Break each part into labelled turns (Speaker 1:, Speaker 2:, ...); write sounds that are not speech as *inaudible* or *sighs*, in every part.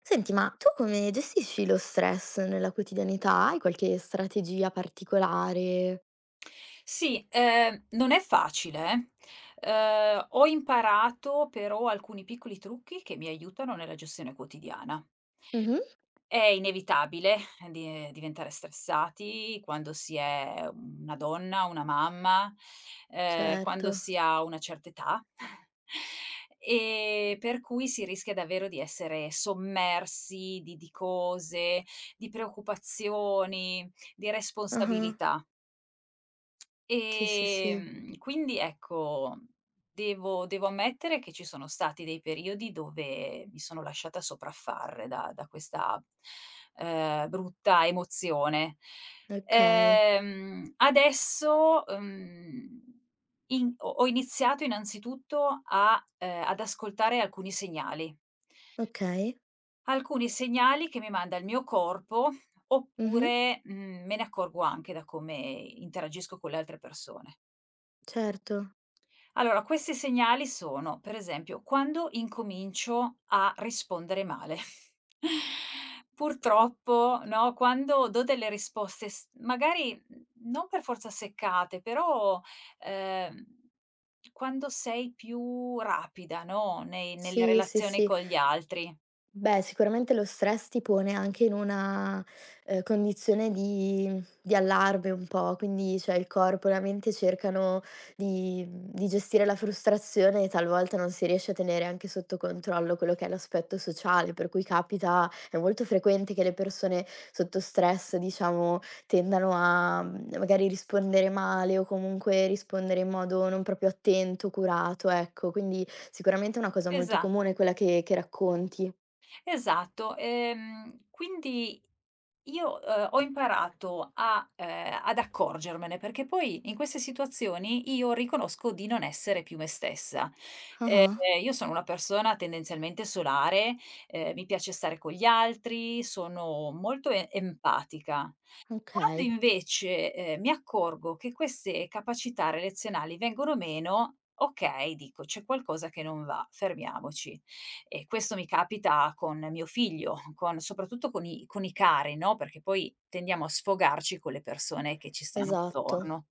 Speaker 1: Senti, ma tu come gestisci lo stress nella quotidianità? Hai qualche strategia particolare?
Speaker 2: Sì, non è facile, eh. Ho imparato però alcuni piccoli trucchi che mi aiutano nella gestione quotidiana.
Speaker 1: Mh-mh,
Speaker 2: È inevitabile di diventare stressati quando si è una donna, una mamma,
Speaker 1: certo.
Speaker 2: quando si ha una certa età, *laughs* e per cui si rischia davvero di essere sommersi di cose, di preoccupazioni, di
Speaker 1: Ah-ah.
Speaker 2: responsabilità.
Speaker 1: Sì, sì, sì.
Speaker 2: Quindi ecco, devo ammettere che ci sono stati dei periodi dove mi sono lasciata sopraffare da questa, brutta emozione.
Speaker 1: Okay,
Speaker 2: Adesso, in ho iniziato innanzitutto a ad ascoltare alcuni segnali.
Speaker 1: okay.
Speaker 2: Alcuni segnali che mi manda il mio corpo
Speaker 1: Mh-mh,
Speaker 2: oppure, me ne accorgo anche da come interagisco con le altre persone.
Speaker 1: certo.
Speaker 2: Allora, questi segnali sono, per esempio, quando incomincio a rispondere male. *laughs* Purtroppo, no, quando do delle risposte, magari non per forza seccate, però ehm, quando sei più rapida, no, nelle
Speaker 1: Sì, sì,
Speaker 2: relazioni
Speaker 1: sì.
Speaker 2: con gli altri.
Speaker 1: Beh, sicuramente lo stress ti pone anche in una, condizione di allarme un po', quindi, cioè, il corpo e la mente cercano di di gestire la frustrazione e talvolta non si riesce a tenere anche sotto controllo quello che è l'aspetto sociale, per cui capita è molto frequente che le persone sotto stress, diciamo, tendano a, magari rispondere male o comunque rispondere in modo non proprio attento, curato, ecco. Quindi sicuramente è una cosa molto
Speaker 2: Esatto.
Speaker 1: comune quella che racconti.
Speaker 2: Esatto, quindi io ho imparato a ad accorgermene, perché poi in queste situazioni io riconosco di non essere più me stessa. Ehm,
Speaker 1: Ah-ah,
Speaker 2: io sono una persona tendenzialmente solare, mi piace stare con gli altri, sono molto e empatica. Quando
Speaker 1: okay,
Speaker 2: invece, mi accorgo che queste capacità relazionali vengono meno, okay, dico: "C'è qualcosa che non va, fermiamoci". E questo mi capita con mio figlio, con soprattutto con i cari, no, perché poi tendiamo a sfogarci con le persone che ci stanno
Speaker 1: esatto.
Speaker 2: attorno.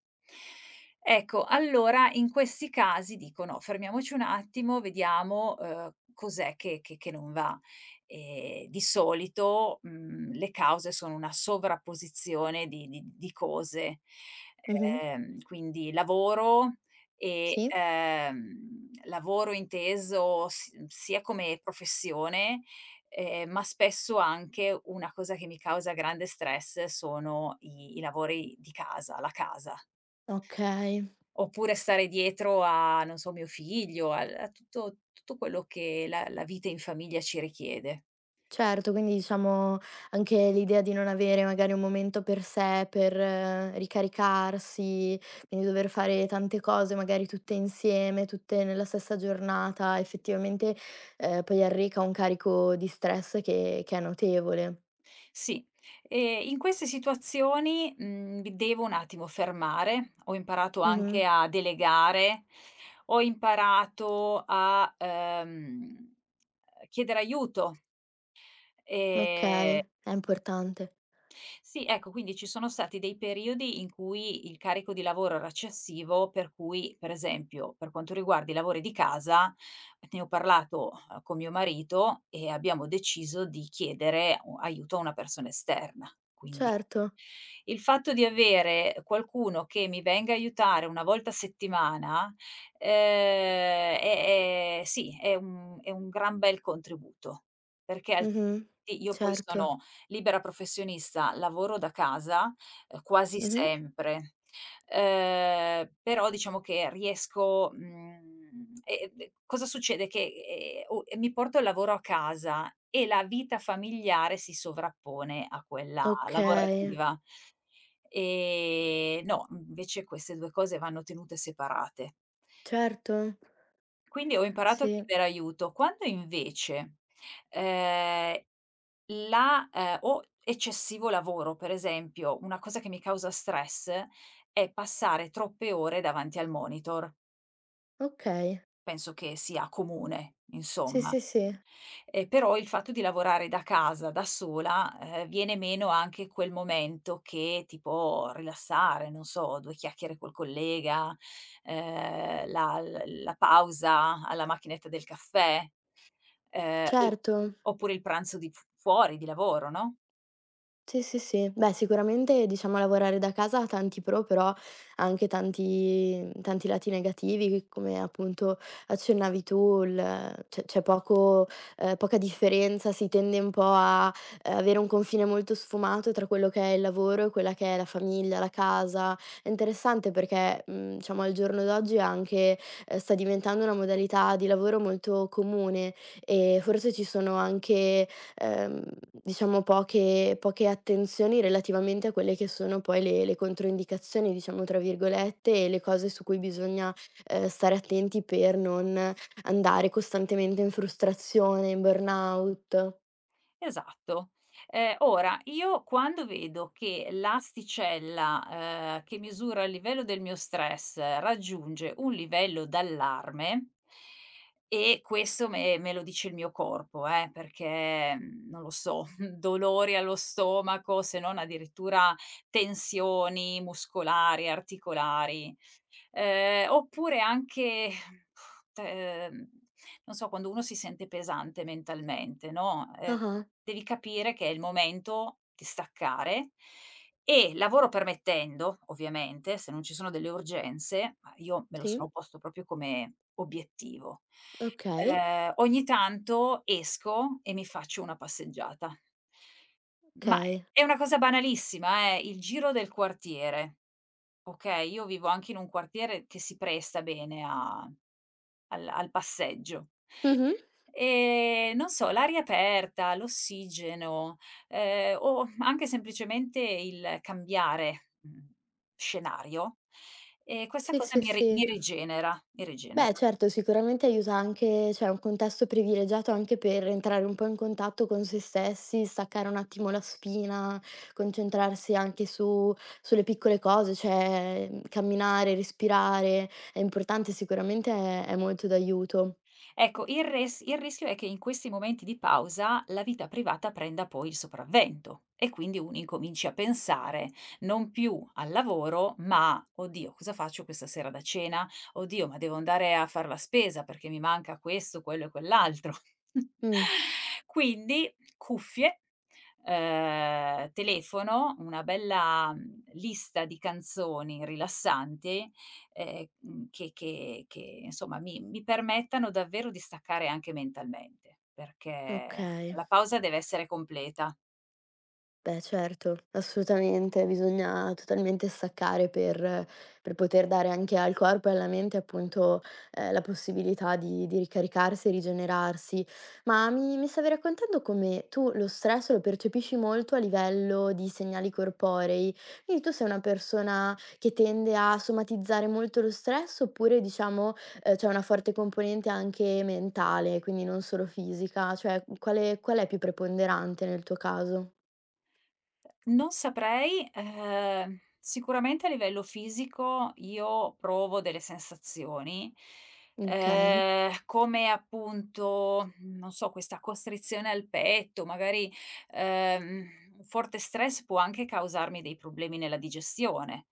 Speaker 2: Ecco, allora in questi casi dico: "No, fermiamoci un attimo, vediamo, cos'è che non va". Di solito, le cause sono una sovrapposizione di cose.
Speaker 1: Mh-mh.
Speaker 2: Quindi lavoro e,
Speaker 1: Sì,
Speaker 2: lavoro inteso s sia come professione, ma spesso anche una cosa che mi causa grande stress sono i lavori di casa, la casa.
Speaker 1: okay.
Speaker 2: Oppure stare dietro a, non so, mio figlio, al a tutto quello che la vita in famiglia ci richiede.
Speaker 1: Certo, quindi diciamo anche l'idea di non avere magari un momento per sé, per ricaricarsi, quindi dover fare tante cose magari tutte insieme, tutte nella stessa giornata, effettivamente, poi arreca un carico di stress che è notevole.
Speaker 2: Sì, in queste situazioni, mi devo un attimo fermare. Ho imparato
Speaker 1: Mh-mh.
Speaker 2: anche a delegare, ho imparato a, chiedere aiuto, ehm
Speaker 1: Okay, è importante.
Speaker 2: sì, ecco, quindi ci sono stati dei periodi in cui il carico di lavoro era eccessivo, per cui, per esempio, per quanto riguarda i lavori di casa, ne ho parlato, con mio marito e abbiamo deciso di chiedere u aiuto a una persona esterna. Quindi
Speaker 1: Certo.
Speaker 2: il fatto di avere qualcuno che mi venga a aiutare una volta a settimana, è sì, è un gran bel contributo, perché
Speaker 1: Mh-mh.
Speaker 2: altrimenti io poi
Speaker 1: Certo.
Speaker 2: sono libera professionista, lavoro da casa, quasi
Speaker 1: Mh-mh.
Speaker 2: sempre. Però diciamo che riesco e cosa succede? Che, o e mi porto il lavoro a casa e la vita familiare si sovrappone a quella
Speaker 1: Okay,
Speaker 2: lavorativa. No, invece queste 2 cose vanno tenute separate.
Speaker 1: certo.
Speaker 2: Quindi ho imparato a
Speaker 1: Sì,
Speaker 2: chiedere aiuto. Quando invece, ehm la o eccessivo lavoro, per esempio, una cosa che mi causa stress è passare troppe ore davanti al monitor.
Speaker 1: okay.
Speaker 2: Penso che sia comune,
Speaker 1: Sì,
Speaker 2: insomma.
Speaker 1: sì, sì,
Speaker 2: Però il fatto di lavorare da casa, da sola, viene meno anche quel momento che ti può rilassare, non so, 2 chiacchiere col collega, la l la pausa alla macchinetta del caffè, il
Speaker 1: certo.
Speaker 2: oppure il pranzo di f fuori, di lavoro, no?
Speaker 1: Sì, sì, sì. Beh, sicuramente diciamo lavorare da casa ha tanti pro, però anche tanti tanti lati negativi, come appunto accennavi tu, il c'è poco poca differenza, si tende un po' a avere un confine molto sfumato tra quello che è il lavoro e quella che è la famiglia, la casa. È interessante perché, diciamo al giorno d'oggi anche sta diventando una modalità di lavoro molto comune e forse ci sono anche ehm, diciamo poche attenzioni relativamente a quelle che sono poi le "controindicazioni", diciamo tra virgolette, e le cose su cui bisogna, stare attenti per non andare costantemente in frustrazione, in burnout.
Speaker 2: Esatto. Ora io quando vedo che l'asticella, che misura il livello del mio stress raggiunge un livello d'allarme e questo me lo dice il mio corpo perché, non lo so, *laughs* dolori allo stomaco, se non addirittura tensioni muscolari, articolari. Oppure anche *sighs* t non so, quando uno si sente pesante mentalmente, no,
Speaker 1: Ah-ah,
Speaker 2: devi capire che è il momento di staccare e, lavoro permettendo, ovviamente, se non ci sono delle urgenze, ma io me lo
Speaker 1: sì,
Speaker 2: sono posto proprio come obiettivo,
Speaker 1: okay,
Speaker 2: ogni tanto esco e mi faccio una passeggiata. Ma
Speaker 1: okay.
Speaker 2: è una cosa banalissima, il giro del quartiere. Okay, io vivo anche in un quartiere che si presta bene a al passeggio.
Speaker 1: Mh-mh.
Speaker 2: Non so, l'aria aperta, l'ossigeno, o anche semplicemente il cambiare, scenario, questa
Speaker 1: Sì,
Speaker 2: cosa
Speaker 1: sì, sì.
Speaker 2: mi rigenera, mi
Speaker 1: Beh,
Speaker 2: rigenera.
Speaker 1: certo, sicuramente aiuta anche cioè è un contesto privilegiato anche per entrare un po' in contatto con se stessi, staccare un attimo la spina, concentrarsi anche su sulle piccole cose, cioè, camminare, respirare è importante, sicuramente è molto d'aiuto.
Speaker 2: Ecco, il rischio è che in questi momenti di pausa la vita privata prenda poi il sopravvento e quindi uno incominci a pensare non più al lavoro, ma: "Oddio, cosa faccio questa sera da cena? Oddio, ma devo andare a far la spesa perché mi manca questo, quello e quell'altro."
Speaker 1: Mh,
Speaker 2: *laughs* Quindi cuffie, telefono, una bella, lista di canzoni rilassanti che insomma mi permettano davvero di staccare anche mentalmente, perché
Speaker 1: okay.
Speaker 2: la pausa deve essere completa.
Speaker 1: Beh certo, assolutamente, bisogna totalmente staccare per poter dare anche al corpo e alla mente appunto, la possibilità di ricaricarsi e rigenerarsi. Ma mi stavi raccontando come tu lo stress lo percepisci molto a livello di segnali corporei, quindi tu sei una persona che tende a somatizzare molto lo stress oppure diciamo, c'è una forte componente anche mentale, quindi non solo fisica? Cioè, quale qual è più preponderante nel tuo caso?
Speaker 2: Non saprei, sicuramente a livello fisico io provo delle sensazioni,
Speaker 1: Okay.
Speaker 2: come appunto, non so, questa costrizione al petto, magari, ehm, un forte stress può anche causarmi dei problemi nella digestione.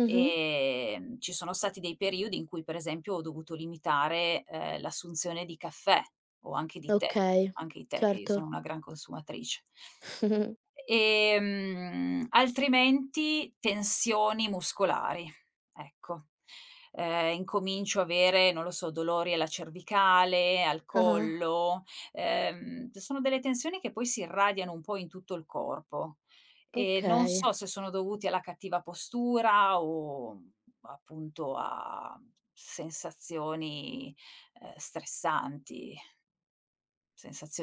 Speaker 1: Mh-mh.
Speaker 2: Ci sono stati dei periodi in cui per esempio ho dovuto limitare, l'assunzione di caffè o anche di tè,
Speaker 1: Okay,
Speaker 2: anche i tè che io sono
Speaker 1: certo.
Speaker 2: una gran consumatrice.
Speaker 1: *laughs*
Speaker 2: Altrimenti tensioni muscolari, ecco. Incomincio a avere, non lo so, dolori alla cervicale, al
Speaker 1: Ah-ah.
Speaker 2: collo, sono delle tensioni che poi si irradiano un po' in tutto il corpo e non
Speaker 1: Okay.
Speaker 2: so se sono dovuti alla cattiva postura o appunto a sensazioni, stressanti.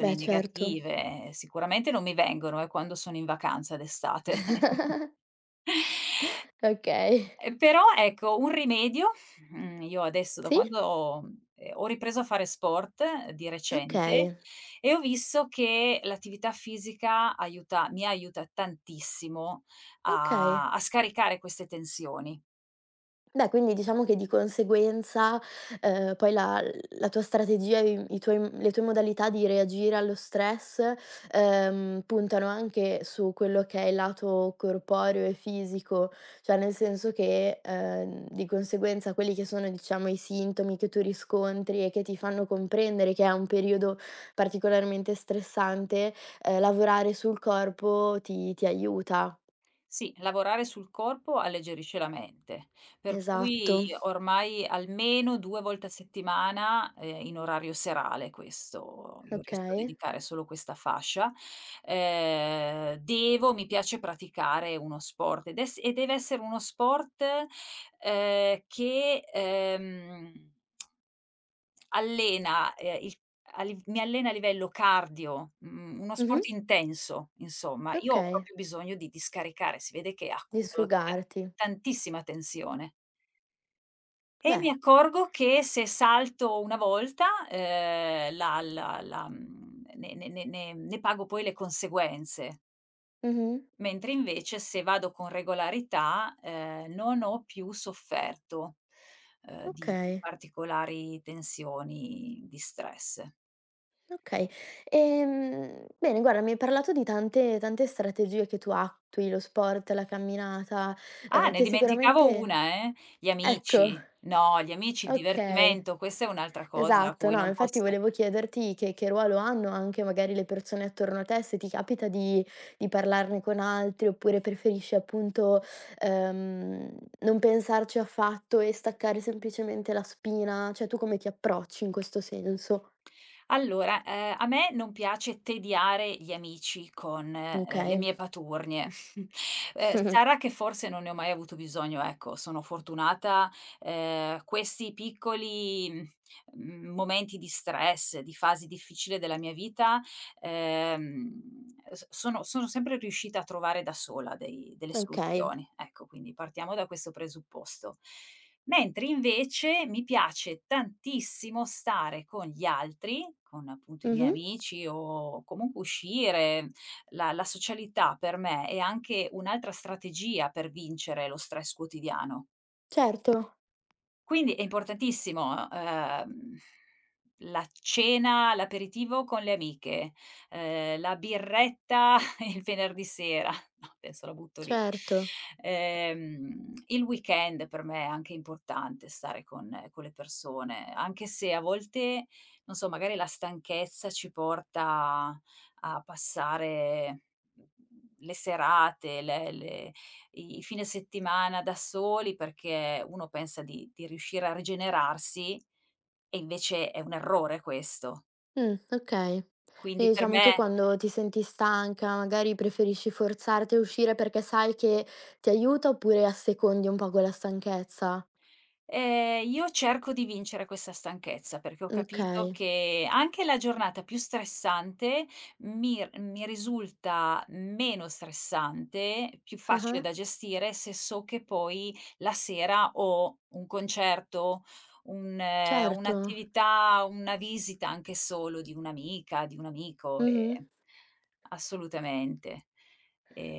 Speaker 1: Beh certo.
Speaker 2: negative, sicuramente non mi vengono, quando sono in vacanza d'estate.
Speaker 1: *laughs*
Speaker 2: *laughs*
Speaker 1: Okay.
Speaker 2: Però ecco, un rimedio, io adesso da
Speaker 1: Sì?
Speaker 2: quando, ho ripreso a fare sport di recente
Speaker 1: Okay,
Speaker 2: e ho visto che l'attività fisica aiuta mi aiuta tantissimo
Speaker 1: okay.
Speaker 2: a a scaricare queste tensioni.
Speaker 1: Beh, quindi diciamo che di conseguenza, poi la la tua strategia, i tuoi le tue modalità di reagire allo stress, puntano anche su quello che è il lato corporeo e fisico, cioè nel senso che, di conseguenza quelli che sono, diciamo, i sintomi che tu riscontri e che ti fanno comprendere che è un periodo particolarmente stressante, lavorare sul corpo ti aiuta.
Speaker 2: Sì, lavorare sul corpo alleggerisce la mente, per cui
Speaker 1: Esatto.
Speaker 2: ormai almeno 2 volte a settimana, in orario serale questo io riesco a
Speaker 1: Okay.
Speaker 2: dedicare solo questa fascia, devo mi piace praticare uno sport ed es e deve essere uno sport, che, allena, il a liv mi allena a livello cardio, uno
Speaker 1: Mh-mh.
Speaker 2: sport intenso, insomma. Io ho
Speaker 1: Okay.
Speaker 2: proprio bisogno di scaricare, si vede che
Speaker 1: Di
Speaker 2: accumulo ta
Speaker 1: sfogarti.
Speaker 2: tantissima tensione. E
Speaker 1: Beh,
Speaker 2: mi accorgo che se salto una volta, ne pago poi le conseguenze,
Speaker 1: mh-mh,
Speaker 2: mentre invece se vado con regolarità, non ho più sofferto, di
Speaker 1: okay,
Speaker 2: particolari tensioni di stress.
Speaker 1: okay. Bene guarda mi hai parlato di tante tante strategie che tu attui, lo sport, la camminata,
Speaker 2: Ah, ne
Speaker 1: che
Speaker 2: dimenticavo
Speaker 1: sicuramente
Speaker 2: una, eh. Gli
Speaker 1: ecco,
Speaker 2: amici. No, gli amici, il
Speaker 1: okay.
Speaker 2: divertimento, questa è un'altra cosa a
Speaker 1: Esatto,
Speaker 2: cui
Speaker 1: no,
Speaker 2: non
Speaker 1: infatti
Speaker 2: posso.
Speaker 1: volevo chiederti che ruolo hanno anche magari le persone attorno a te, se ti capita di parlarne con altri, oppure preferisci appunto, ehm, non pensarci affatto e staccare semplicemente la spina, cioè tu come ti approcci in questo senso?
Speaker 2: Allora, a me non piace tediare gli amici con, le
Speaker 1: Okay.
Speaker 2: mie paturnie. *laughs* Sarà
Speaker 1: *laughs*
Speaker 2: che forse non ne ho mai avuto bisogno, ecco, sono fortunata, questi piccoli, momenti di stress, di fasi difficile della mia vita, ehm, s sono sempre riuscita a trovare da sola dei delle
Speaker 1: Okay.
Speaker 2: soluzioni. Ecco, quindi partiamo da questo presupposto. Mentre invece mi piace tantissimo stare con gli altri, con appunto i miei
Speaker 1: Mh-mh.
Speaker 2: amici o comunque uscire. La socialità per me è anche un'altra strategia per vincere lo stress quotidiano.
Speaker 1: Certo,
Speaker 2: Quindi è importantissimo, la cena, l'aperitivo con le amiche, la birretta *laughs* il venerdì sera, no adesso la butto lì.
Speaker 1: certo.
Speaker 2: Il weekend per me è anche importante stare con le persone, anche se a volte, non so, magari la stanchezza ci porta a passare, mhmm, le serate, le i fine settimana da soli perché uno pensa di riuscire a rigenerarsi e invece è un errore questo.
Speaker 1: Okay. E
Speaker 2: Quindi per
Speaker 1: diciamo tu
Speaker 2: me
Speaker 1: quando ti senti stanca, magari preferisci forzarti a uscire perché sai che ti aiuta, oppure assecondi un po' quella stanchezza?
Speaker 2: Io cerco di vincere questa stanchezza, perché ho capito
Speaker 1: Okay.
Speaker 2: che anche la giornata più stressante mi risulta meno stressante, più facile
Speaker 1: Ah-ah,
Speaker 2: da gestire se so che poi la sera ho un concerto,
Speaker 1: certo.
Speaker 2: un'attività, una visita anche solo di un'amica, di un amico,
Speaker 1: Mh-mh.
Speaker 2: assolutamente.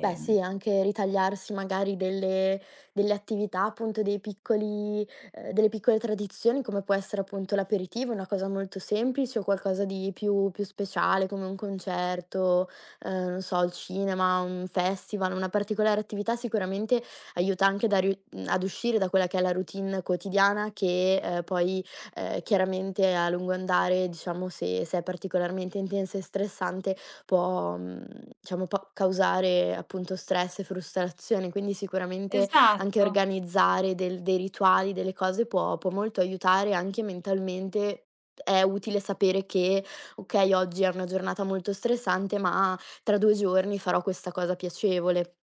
Speaker 1: Beh sì, anche ritagliarsi magari delle delle attività, appunto dei piccoli delle piccole tradizioni, come può essere appunto l'aperitivo, una cosa molto semplice o qualcosa di più più speciale come un concerto, non so, il cinema, un festival, una particolare attività sicuramente aiuta anche da riu ad uscire da quella che è la routine quotidiana che, poi, chiaramente a lungo andare, diciamo, se se è particolarmente intensa e stressante, può, diciamo può causare appunto stress e frustrazione, quindi sicuramente anche
Speaker 2: esatto.
Speaker 1: organizzare del dei rituali, delle cose può molto aiutare anche mentalmente. È utile sapere che: "Okay, oggi è una giornata molto stressante, ma tra 2 giorni farò questa cosa piacevole."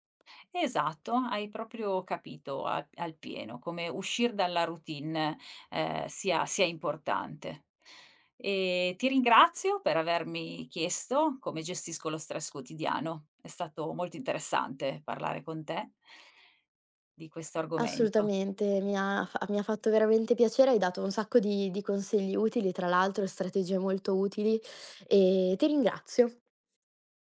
Speaker 2: Esatto, hai proprio capito al pieno come uscir dalla routine, sia importante. Ti ringrazio per avermi chiesto come gestisco lo stress quotidiano. È stato molto interessante parlare con te di questo argomento.
Speaker 1: Assolutamente, mi ha fa mi ha fatto veramente piacere, hai dato un sacco di consigli utili, tra l'altro e strategie molto utili e ti ringrazio.